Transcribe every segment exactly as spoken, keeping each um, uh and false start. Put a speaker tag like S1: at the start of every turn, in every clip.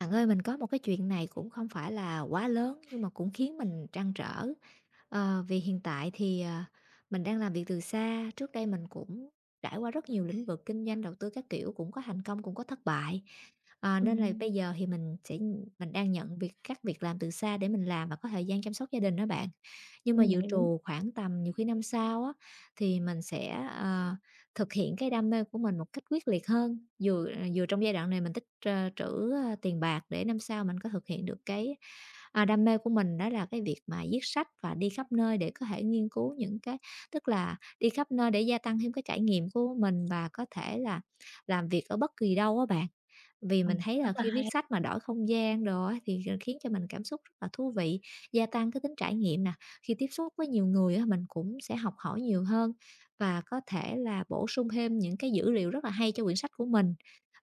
S1: Bạn ơi, mình có một cái chuyện này cũng không phải là quá lớn nhưng mà cũng khiến mình trăn trở. Ờ, vì hiện tại thì, à, mình đang làm việc từ xa, trước đây mình cũng trải qua rất nhiều lĩnh vực kinh doanh, đầu tư các kiểu, cũng có thành công, cũng có thất bại. À, nên là
S2: Ừm,
S1: bây giờ thì mình sẽ mình đang nhận việc các việc làm từ xa để mình làm và có thời gian chăm sóc gia đình đó bạn. Nhưng mà
S2: mình
S1: dự
S2: hiểu.
S1: trù khoảng tầm nhiều khi năm sau á, thì mình sẽ, ờ, thực hiện cái đam mê của mình một cách quyết liệt hơn, vừa vừa trong giai đoạn này mình tích, ờ, trữ, ơ, tiền bạc để năm sau mình có thực hiện được cái à, đam mê của mình, đó là cái việc mà viết sách và đi khắp nơi để có thể nghiên cứu những cái, tức là đi khắp nơi để gia tăng thêm cái trải nghiệm của mình và có thể là làm việc ở bất kỳ đâu á bạn. Vì mình
S2: Ừm,
S1: thấy
S2: rất
S1: là
S2: là
S1: khi
S2: hay.
S1: viết sách mà đổi không gian rồi á, thì, ờ, khiến cho mình cảm xúc rất là thú vị, gia tăng cái tính trải nghiệm nè. Khi tiếp xúc với nhiều người á, mình cũng sẽ học hỏi nhiều hơn và có thể là bổ sung thêm những cái dữ liệu rất là hay cho quyển sách của mình.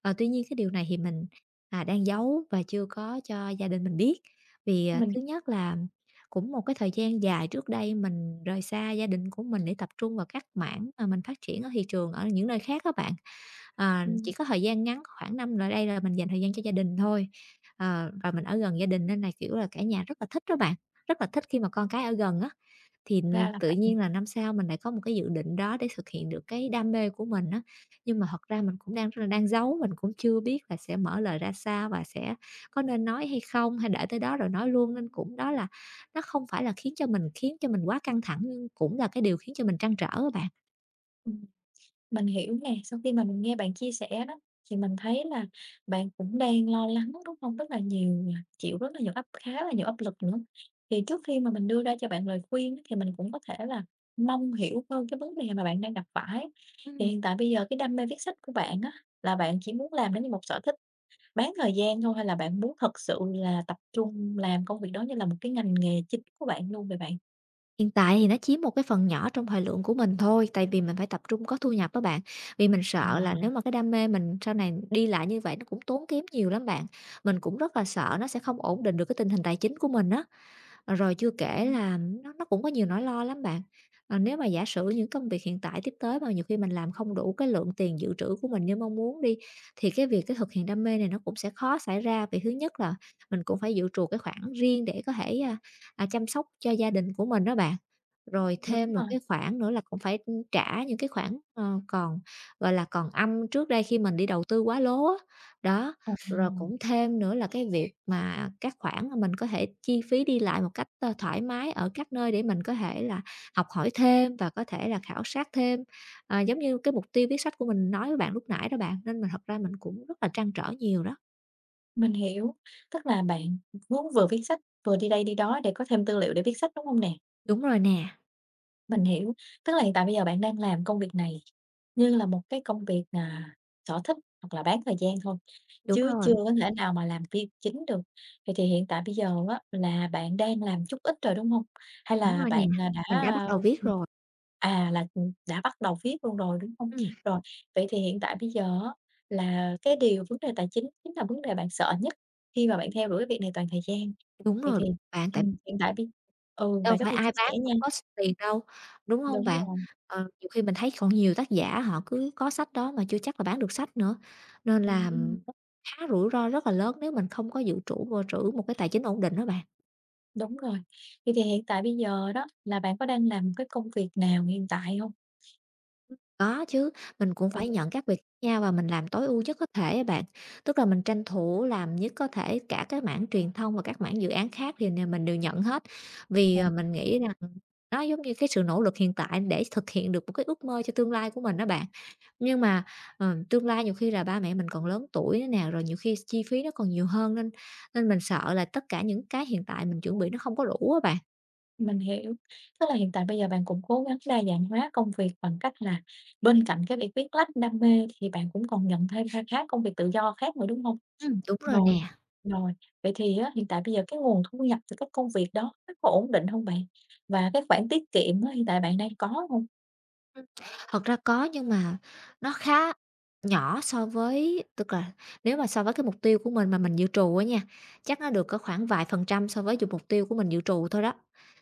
S1: Ờ, tuy nhiên cái điều này thì mình, à, đang giấu và chưa có cho gia đình mình biết. Vì, à,
S2: Mình
S1: thứ nhất là cũng một cái thời gian dài trước đây mình rời xa gia đình của mình để tập trung vào các mảng mà mình phát triển ở thị trường ở những nơi khác các bạn. Ờ,
S2: ừm,
S1: chỉ có thời gian ngắn khoảng năm lại đây là mình dành thời gian cho gia đình thôi, ờ, và mình ở gần gia đình nên là, kiểu là, cả nhà rất là thích đó bạn, rất là thích khi mà con cái ở gần á. Thì n
S2: Ra là
S1: tự
S2: vậy.
S1: nhiên là năm sau mình lại có một cái dự định đó để thực hiện được cái đam mê của mình á, nhưng mà thật ra mình cũng đang rất là đang giấu, mình cũng chưa biết là sẽ mở lời ra sao và sẽ có nên nói hay không, hay để tới đó rồi nói luôn, nên cũng đó là nó không phải là khiến cho mình khiến cho mình quá căng thẳng, nhưng cũng là cái điều khiến cho mình trăn trở á bạn.
S2: Ừm, mình hiểu nè, sau khi mà mình nghe bạn chia sẻ đó, thì mình thấy là bạn cũng đang lo lắng, đúng hông? Rất là nhiều, à, chịu rất là nhiều áp khá là nhiều áp lực nữa. Thì trước khi mà mình đưa ra cho bạn lời khuyên á, thì mình cũng có thể là mong hiểu hơn cái vấn đề mà bạn đang gặp phải. Thì
S1: Ừm.
S2: hiện tại bây giờ cái đam mê viết sách của bạn á, là bạn chỉ muốn làm nó như một sở thích bán thời gian thôi hay là bạn muốn thật sự là tập trung làm công việc đó như là một cái ngành nghề chính của bạn luôn vậy bạn?
S1: Hiện tại thì nó chiếm một cái phần nhỏ trong thời lượng của mình thôi, tại vì mình phải tập trung có thu nhập đó bạn. Vì mình
S2: À,
S1: sợ là nếu mà cái đam mê mình sau này đi lại như vậy nó cũng tốn kém nhiều lắm bạn. Mình cũng rất là sợ nó sẽ không ổn định được cái tình hình tài chính của mình á. Rồi chưa kể
S2: ừm,
S1: là nó nó cũng có nhiều nỗi lo lắm bạn. À, nếu mà giả sử những công việc hiện tại tiếp tới mà nhiều khi mình làm không đủ cái lượng tiền dự trữ của mình như mong muốn đi, thì cái việc cái thực hiện đam mê này nó cũng sẽ khó xảy ra, vì thứ nhất là mình cũng phải dự trù cái khoản riêng để có thể à, à, chăm sóc cho gia đình của mình đó bạn, rồi
S2: đúng
S1: thêm một
S2: rồi,
S1: cái khoản nữa là cũng phải trả những cái khoản, ờ, còn, gọi là, còn âm trước đây khi mình đi đầu tư quá lố á. Đó,
S2: ồ,
S1: rồi cũng thêm nữa là cái việc mà các khoản mà mình có thể chi phí đi lại một cách, ơ, thoải mái ở các nơi để mình có thể là học hỏi thêm và có thể là khảo sát thêm. Ờ, giống như cái mục tiêu viết sách của mình nói với bạn lúc nãy đó bạn, nên mình thật ra mình cũng rất là trăn trở nhiều đó.
S2: mình hiểu. Tức là bạn muốn vừa viết sách, vừa đi đây đi đó để có thêm tư liệu để viết sách, đúng hông nè?
S1: Đúng rồi nè.
S2: Mình hiểu, tức là hiện tại bây giờ bạn đang làm công việc này như là một cái công việc, à, sở thích hoặc là bán thời gian thôi,
S1: Đúng
S2: chứ chưa
S1: rồi.
S2: có thể nào mà làm việc chính được. Vậy thì hiện tại bây giờ á là bạn đang làm chút ít rồi, đúng không? Hay
S1: Đúng
S2: là
S1: rồi nè,
S2: bạn, à, đã,
S1: mình đã bắt đầu viết rồi.
S2: à, à, là, ừ, đã bắt đầu viết luôn rồi, đúng không?
S1: Ừm,
S2: Rồi, vậy thì hiện tại bây giờ á là cái điều vấn đề tài chính chính là vấn đề bạn sợ nhất khi mà bạn theo đuổi cái việc này toàn thời gian.
S1: đúng
S2: Vậy
S1: rồi
S2: thì,
S1: bạn, tại
S2: ừm, hiện tại bây ừ,
S1: đâu
S2: bạn có
S1: phải
S2: thể
S1: ai
S2: chia
S1: bán
S2: sẻ nha.
S1: cũng có s tiền đâu, đúng không
S2: Đúng
S1: bạn?
S2: rồi.
S1: Ờ, nhiều khi mình thấy còn nhiều tác giả họ cứ có sách đó mà chưa chắc là bán được sách nữa, nên là
S2: Ừm,
S1: nó khá rủi ro, rất là lớn nếu mình không có dự trữ vô trữ một cái tài chính ổn định đó bạn.
S2: đúng rồi. Vậy thì hiện tại bây giờ đó là bạn có đang làm cái công việc nào hiện tại hông?
S1: Có chứ, mình cũng
S2: Ừ,
S1: phải nhận các việc khác nhau và mình làm tối ưu nhất có thể á bạn, tức là mình tranh thủ làm nhất có thể cả cái mảng truyền thông và các mảng dự án khác thì nè mình đều nhận hết. Vì,
S2: ừ.
S1: ờ, mình nghĩ rằng nó giống như cái sự nỗ lực hiện tại để thực hiện được một cái ước mơ cho tương lai của mình đó bạn. Nhưng mà, ờ, tương lai nhiều khi là ba mẹ mình còn lớn tuổi nữa nè, rồi nhiều khi chi phí nó còn nhiều hơn, nên nên mình sợ là tất cả những cái hiện tại mình chuẩn bị nó không có đủ á bạn.
S2: Mình hiểu, tức là hiện tại bây giờ bạn cũng cố gắng đa dạng hóa công việc bằng cách là bên cạnh cái việc viết lách đam mê thì bạn cũng còn nhận thêm kha khá công việc tự do khác nữa, đúng hông?
S1: Ừm. Đúng rồi
S2: Rồi,
S1: nè.
S2: rồi, vậy thì á hiện tại bây giờ cái nguồn thu nhập từ các công việc đó nó có ổn định hông bạn? Và cái khoản tiết kiệm á hiện tại bạn đang có hông?
S1: ừm, Thật ra có nhưng mà nó khá nhỏ so với, tức là nếu mà so với cái mục tiêu của mình mà mình dự trù á nha, chắc nó được có khoảng vài phần trăm so với chục mục tiêu của mình dự trù thôi đó.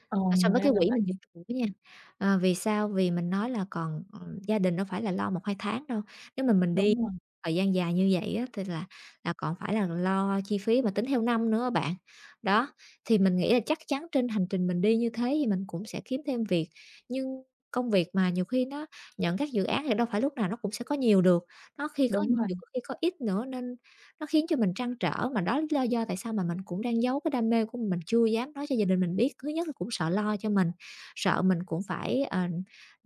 S2: Ồ,
S1: À, so với
S2: ra
S1: cái
S2: là
S1: quỹ mình
S2: vậy,
S1: dự trù đó nha. Ờ, vì sao? Vì mình nói là còn, ừm, gia đình đâu phải là lo một hai tháng đâu, nếu mà mình đi
S2: đúng rồi,
S1: thời gian dài như vậy á thì là là còn phải là lo chi phí mà tính theo năm nữa á bạn. Đó, thì mình nghĩ là chắc chắn trên hành trình mình đi như thế thì mình cũng sẽ kiếm thêm việc, nhưng công việc mà nhiều khi nó nhận các dự án thì đâu phải lúc nào nó cũng sẽ có nhiều được, nó khi có
S2: đúng
S1: nhiều
S2: rồi,
S1: có khi có ít nữa, nên nó khiến cho mình trăn trở, mà đó là lý do tại sao mà mình cũng đang giấu cái đam mê của mình, mình chưa dám nói cho gia đình mình biết. Thứ nhất là cũng sợ lo cho mình, sợ mình cũng phải, ờ,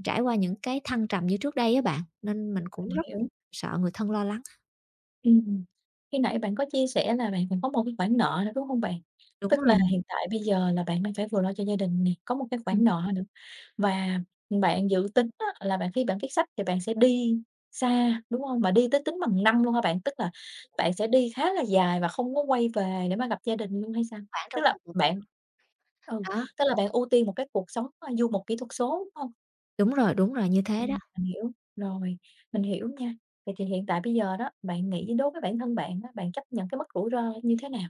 S1: trải qua những cái thăng trầm như trước đây á bạn, nên mình cũng
S2: mình
S1: rất là
S2: hiểu.
S1: sợ người thân lo lắng.
S2: Ừm, ừm. Khi nãy bạn có chia sẻ là bạn còn có một cái khoản nợ nữa, đúng hông bạn?
S1: Đúng
S2: Tức
S1: rồi
S2: là
S1: nè.
S2: hiện tại bây giờ là bạn đang phải vừa lo cho gia đình nè, có một cái
S1: ừm,
S2: khoản nợ nữa và bạn dự tính á là bạn khi bạn viết sách thì bạn sẽ đi xa, đúng hông? Mà đi tới tính bằng năm luôn hả bạn? Tức là bạn sẽ đi khá là dài và không có quay về để mà gặp gia đình luôn hay sao?
S1: Khoảng
S2: Tức
S1: trong
S2: là
S1: vòng một.
S2: bạn ừ,
S1: Đó,
S2: tức là bạn ưu tiên một cái cuộc sống, a, du mục kỹ thuật số, đúng hông?
S1: đúng rồi, đúng rồi, như thế đó.
S2: Ừm, mình hiểu, rồi, mình hiểu nha. Vậy thì hiện tại bây giờ đó, bạn nghĩ đối với bản thân bạn á, bạn chấp nhận cái mức rủi ro như thế nào?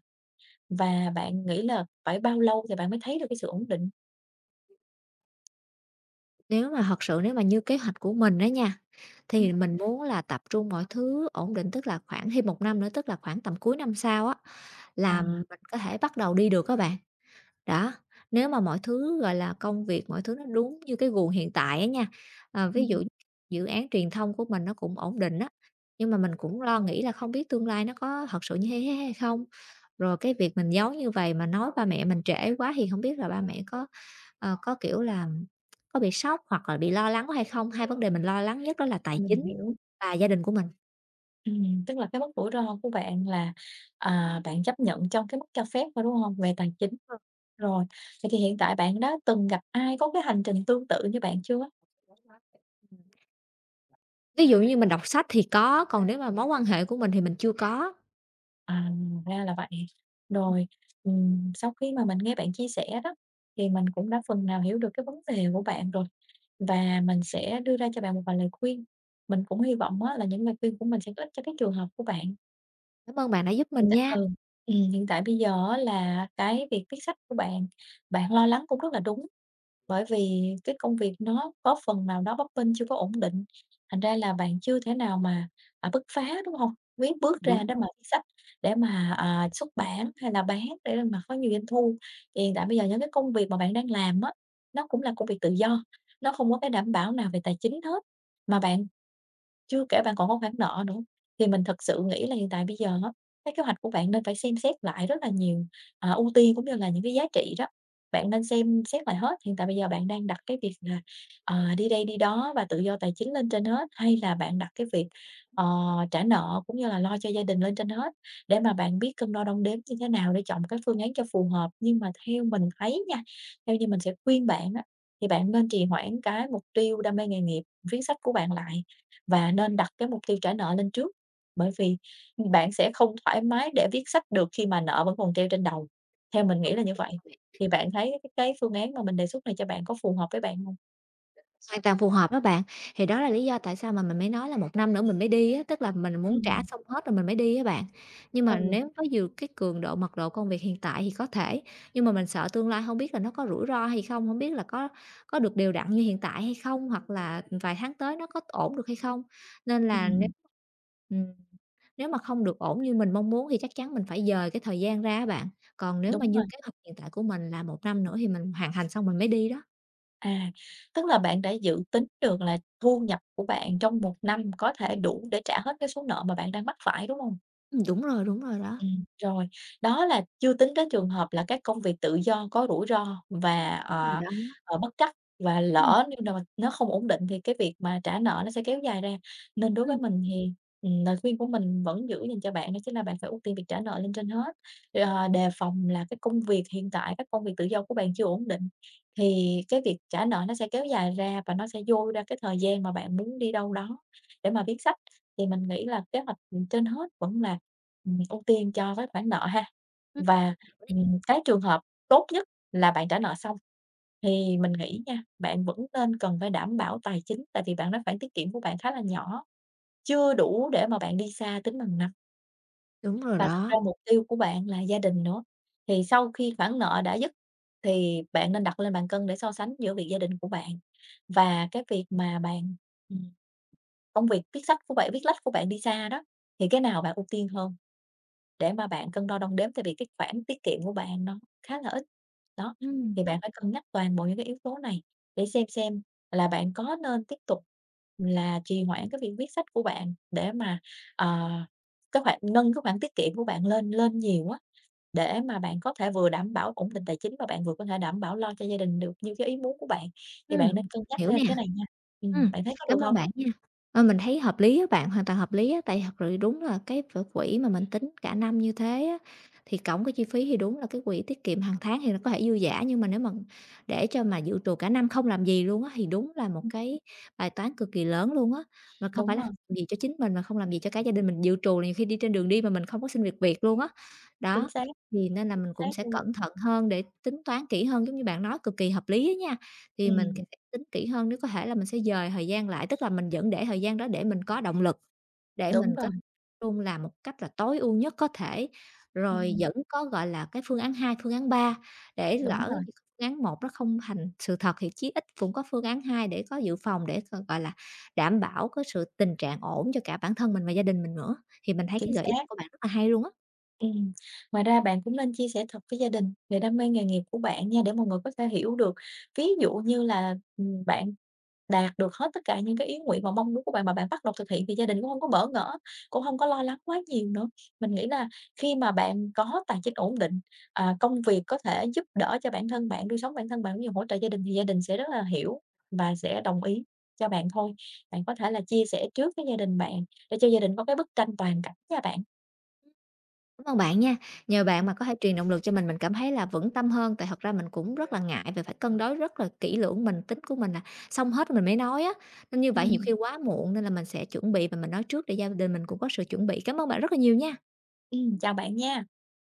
S2: Và bạn nghĩ là phải bao lâu thì bạn mới thấy được cái sự ổn định?
S1: Nếu mà thật sự nếu mà như kế hoạch của mình đó nha,
S2: Ừm.
S1: thì mình muốn là tập trung mọi thứ ổn định, tức là khoảng thêm một năm nữa, tức là khoảng tầm cuối năm sau á
S2: À,
S1: là mình có thể bắt đầu đi được các bạn. Đó, nếu mà mọi thứ, gọi là, công việc, mọi thứ nó đúng như cái guồng hiện tại á nha, ờ, ví
S2: ừm,
S1: dụ dự án truyền thông của mình nó cũng ổn định á, nhưng mà mình cũng lo nghĩ là không biết tương lai nó có thật sự như thế hay không. Rồi cái việc mình giấu như vậy mà nói ba mẹ mình trễ quá thì không biết là ba mẹ có, ờ, có, kiểu là, có bị sốc hoặc là bị lo lắng quá hay không? Hai vấn đề mình lo lắng nhất đó là tài
S2: mình
S1: chính
S2: hiểu.
S1: và gia đình của mình.
S2: Ừm, tức là cái mức rủi ro của bạn là, à, bạn chấp nhận trong cái mức cho phép thôi, đúng hông? Về tài chính.
S1: Ừm,
S2: Rồi, vậy thì hiện tại bạn đã từng gặp ai có cái hành trình tương tự như bạn chưa?
S1: ví dụ như mình đọc sách thì có, còn nếu mà mối quan hệ của mình thì mình chưa có.
S2: À, ra là vậy. Rồi, ừm, sau khi mà mình nghe bạn chia sẻ đó, thì mình cũng đã phần nào hiểu được cái vấn đề của bạn rồi, và mình sẽ đưa ra cho bạn một vài lời khuyên. Mình cũng hy vọng á là những lời khuyên của mình sẽ có ích cho cái trường hợp của bạn.
S1: Cảm ơn bạn đã giúp
S2: Hiện
S1: mình
S2: tại
S1: nha.
S2: ừ, ừm, hiện tại bây giờ á là cái việc viết sách của bạn, bạn lo lắng cũng rất là đúng. Bởi vì cái công việc nó có phần nào đó bấp bênh, chưa có ổn định, thành ra là bạn chưa thể nào mà, à, bứt phá, đúng không? Biết bước
S1: Đúng
S2: ra để
S1: rồi.
S2: mà viết sách, để mà, à, xuất bản hay là bán để mà có nhiều doanh thu. Thì hiện tại bây giờ những cái công việc mà bạn đang làm á, nó cũng là công việc tự do, nó không có cái đảm bảo nào về tài chính hết, mà bạn chưa kể bạn còn có khoản nợ nữa, thì mình thật sự nghĩ là hiện tại bây giờ á, cái kế hoạch của bạn nên phải xem xét lại rất là nhiều, à, ưu tiên cũng như là những cái giá trị đó, bạn nên xem xét lại hết. Hiện tại bây giờ bạn đang đặt cái việc là, ờ, đi đây đi đó và tự do tài chính lên trên hết, hay là bạn đặt cái việc, ờ, trả nợ cũng như là lo cho gia đình lên trên hết, để mà bạn biết cân đo đong đếm như thế nào để chọn cái phương án cho phù hợp. Nhưng mà theo mình thấy nha, theo như mình sẽ khuyên bạn á, thì bạn nên trì hoãn cái mục tiêu đam mê nghề nghiệp, viết sách của bạn lại. Và nên đặt cái mục tiêu trả nợ lên trước, bởi vì bạn sẽ không thoải mái để viết sách được khi mà nợ vẫn còn treo trên đầu. Theo mình nghĩ là như vậy, thì bạn thấy cái cái phương án mà mình đề xuất này cho bạn có phù hợp với bạn hông?
S1: Hoàn toàn phù hợp đó bạn. Thì đó là lý do tại sao mà mình mới nói là một năm nữa mình mới đi á, tức là mình muốn trả
S2: Ừm.
S1: xong hết rồi mình mới đi á bạn. Nhưng
S2: Ừ,
S1: mà nếu có dù cái cường độ, mật độ công việc hiện tại thì có thể, nhưng mà mình sợ tương lai không biết là nó có rủi ro hay không, không biết là có có được đều đặn như hiện tại hay không, hoặc là vài tháng tới nó có ổn được hay không. Nên là nếu,
S2: Ừm,
S1: ừm, nếu mà không được ổn như mình mong muốn thì chắc chắn mình phải dời cái thời gian ra á bạn. Còn nếu mà
S2: đúng
S1: như
S2: rồi.
S1: kế hoạch hiện tại của mình là một năm nữa thì mình hoàn thành xong mình mới đi đó.
S2: À, tức là bạn đã dự tính được là thu nhập của bạn trong một năm có thể đủ để trả hết cái số nợ mà bạn đang mắc phải, đúng hông?
S1: Ừm, đúng rồi, đúng rồi đó.
S2: Ừm, rồi, đó là chưa tính đến trường hợp là các công việc tự do có rủi ro và, Ừm.
S1: Đúng rồi
S2: ờ,
S1: đó.
S2: ờ, bất trắc và
S1: Ừm,
S2: lỡ như nào mà nó không ổn định thì cái việc mà trả nợ nó sẽ kéo dài ra. Nên đối với
S1: ừm,
S2: mình thì, ừm, lời khuyên của mình vẫn giữ dành cho bạn đó chính là bạn phải ưu tiên việc trả nợ lên trên hết. Ờ, đề phòng là cái công việc hiện tại, các công việc tự do của bạn chưa ổn định thì cái việc trả nợ nó sẽ kéo dài ra và nó sẽ dôi ra cái thời gian mà bạn muốn đi đâu đó để mà viết sách. Thì mình nghĩ là kế hoạch, ừm, trên hết vẫn là Ừm, ưu tiên cho cái khoản nợ ha.
S1: ừm,
S2: Và,
S1: hiểu nè.
S2: ừm, cái trường hợp tốt nhất là bạn trả nợ xong, thì mình nghĩ nha, bạn vẫn nên cần phải đảm bảo tài chính, tại vì bạn nói khoản tiết kiệm của bạn khá là nhỏ, chưa đủ để mà bạn đi xa tính bằng năm.
S1: Đúng rồi
S2: Và thật
S1: đó.
S2: ra mục tiêu của bạn là gia đình nữa, thì sau khi khoản nợ đã dứt thì bạn nên đặt lên bàn cân để so sánh giữa việc gia đình của bạn và cái việc mà bạn ừm, công việc viết sách của bạn viết lách của bạn đi xa đó, thì cái nào bạn ưu tiên hơn? Để mà bạn cân đo đong đếm, tại vì cái khoản tiết kiệm của bạn nó khá là ít. Đó,
S1: Ừm,
S2: thì bạn phải cân nhắc toàn bộ những cái yếu tố này để xem xem là bạn có nên tiếp tục là trì hoãn cái việc viết sách của bạn để mà, ờ, cái khoản nâng cái khoản tiết kiệm của bạn lên lên nhiều á, để mà bạn có thể vừa đảm bảo ổn định tài chính và bạn vừa có thể đảm bảo lo cho gia đình được như cái ý muốn của bạn, thì bạn
S1: Ừm,
S2: nên cân nhắc
S1: hiểu nè.
S2: thêm cái này nha. Ừm,
S1: Ừm,
S2: bạn thấy có được
S1: cảm ơn
S2: không?
S1: bạn nha. Ờ, mình thấy hợp lý á bạn, hoàn toàn hợp lý á, tại thật sự đúng là cái v quỹ mà mình tính cả năm như thế á, thì cộng cái chi phí thì đúng là cái quỹ tiết kiệm hàng tháng thì nó có thể dư dả, nhưng mà nếu mà để cho mà dự trù cả năm không làm gì luôn á, thì đúng là một
S2: Ừm,
S1: cái bài toán cực kỳ lớn luôn á. Mà không
S2: đúng
S1: phải là
S2: rồi,
S1: làm gì cho chính mình, mà không làm gì cho cả gia đình mình, dự trù là nhiều khi đi trên đường đi mà mình không có xin việc việc luôn á.
S2: chính
S1: Đó,
S2: xác,
S1: thì nên là
S2: chính
S1: mình cũng
S2: xác
S1: sẽ
S2: luôn.
S1: cẩn thận hơn để tính toán kỹ hơn giống như bạn nói, cực kỳ hợp lý á nha. Thì mình
S2: Ừm,
S1: sẽ tính kỹ hơn, nếu có thể là mình sẽ dời thời gian lại, tức là mình vẫn để thời gian đó để mình có động lực, để mình
S2: đúng
S1: có
S2: rồi,
S1: luôn làm một cách là tối ưu nhất có thể, rồi
S2: ừm,
S1: vẫn có, gọi là, cái phương án hai, phương án ba, để
S2: đúng
S1: lỡ
S2: rồi,
S1: như phương án một nó không thành sự thật thì chí ít cũng có phương án hai để có dự phòng để, ờ, gọi là, đảm bảo cái sự tình trạng ổn cho cả bản thân mình và gia đình mình nữa. Thì mình thấy
S2: chính
S1: cái gợi ý
S2: xác.
S1: của bạn rất là hay luôn á.
S2: Ừm, Ngoài ra bạn cũng nên chia sẻ thật với gia đình về đam mê nghề nghiệp của bạn nha, để mọi người có thể hiểu được. Ví dụ như là, ừm, bạn đạt được hết tất cả những cái ý nguyện và mong muốn của bạn mà bạn bắt đầu thực hiện thì gia đình cũng không có bỡ ngỡ, cũng không có lo lắng quá nhiều nữa. Mình nghĩ là khi mà bạn có tài chính ổn định, à, công việc có thể giúp đỡ cho bản thân bạn, nuôi sống bản thân bạn cũng như hỗ trợ gia đình thì gia đình sẽ rất là hiểu và sẽ đồng ý cho bạn thôi. Bạn có thể là chia sẻ trước với gia đình bạn để cho gia đình có cái bức tranh toàn cảnh nha bạn.
S1: Cảm ơn bạn nha. Nhờ bạn mà có thể truyền động lực cho mình, mình cảm thấy là vững tâm hơn, tại thật ra mình cũng rất là ngại về phải cân đối rất là kỹ lưỡng, mình tính của mình là xong hết rồi mình mới nói á. Nên như vậy nhiều khi
S2: Ừm.
S1: quá muộn, nên là mình sẽ chuẩn bị và mình nói trước để gia đình mình cũng có sự chuẩn bị. Cảm ơn bạn rất là nhiều nha.
S2: Ừm, chào bạn nha.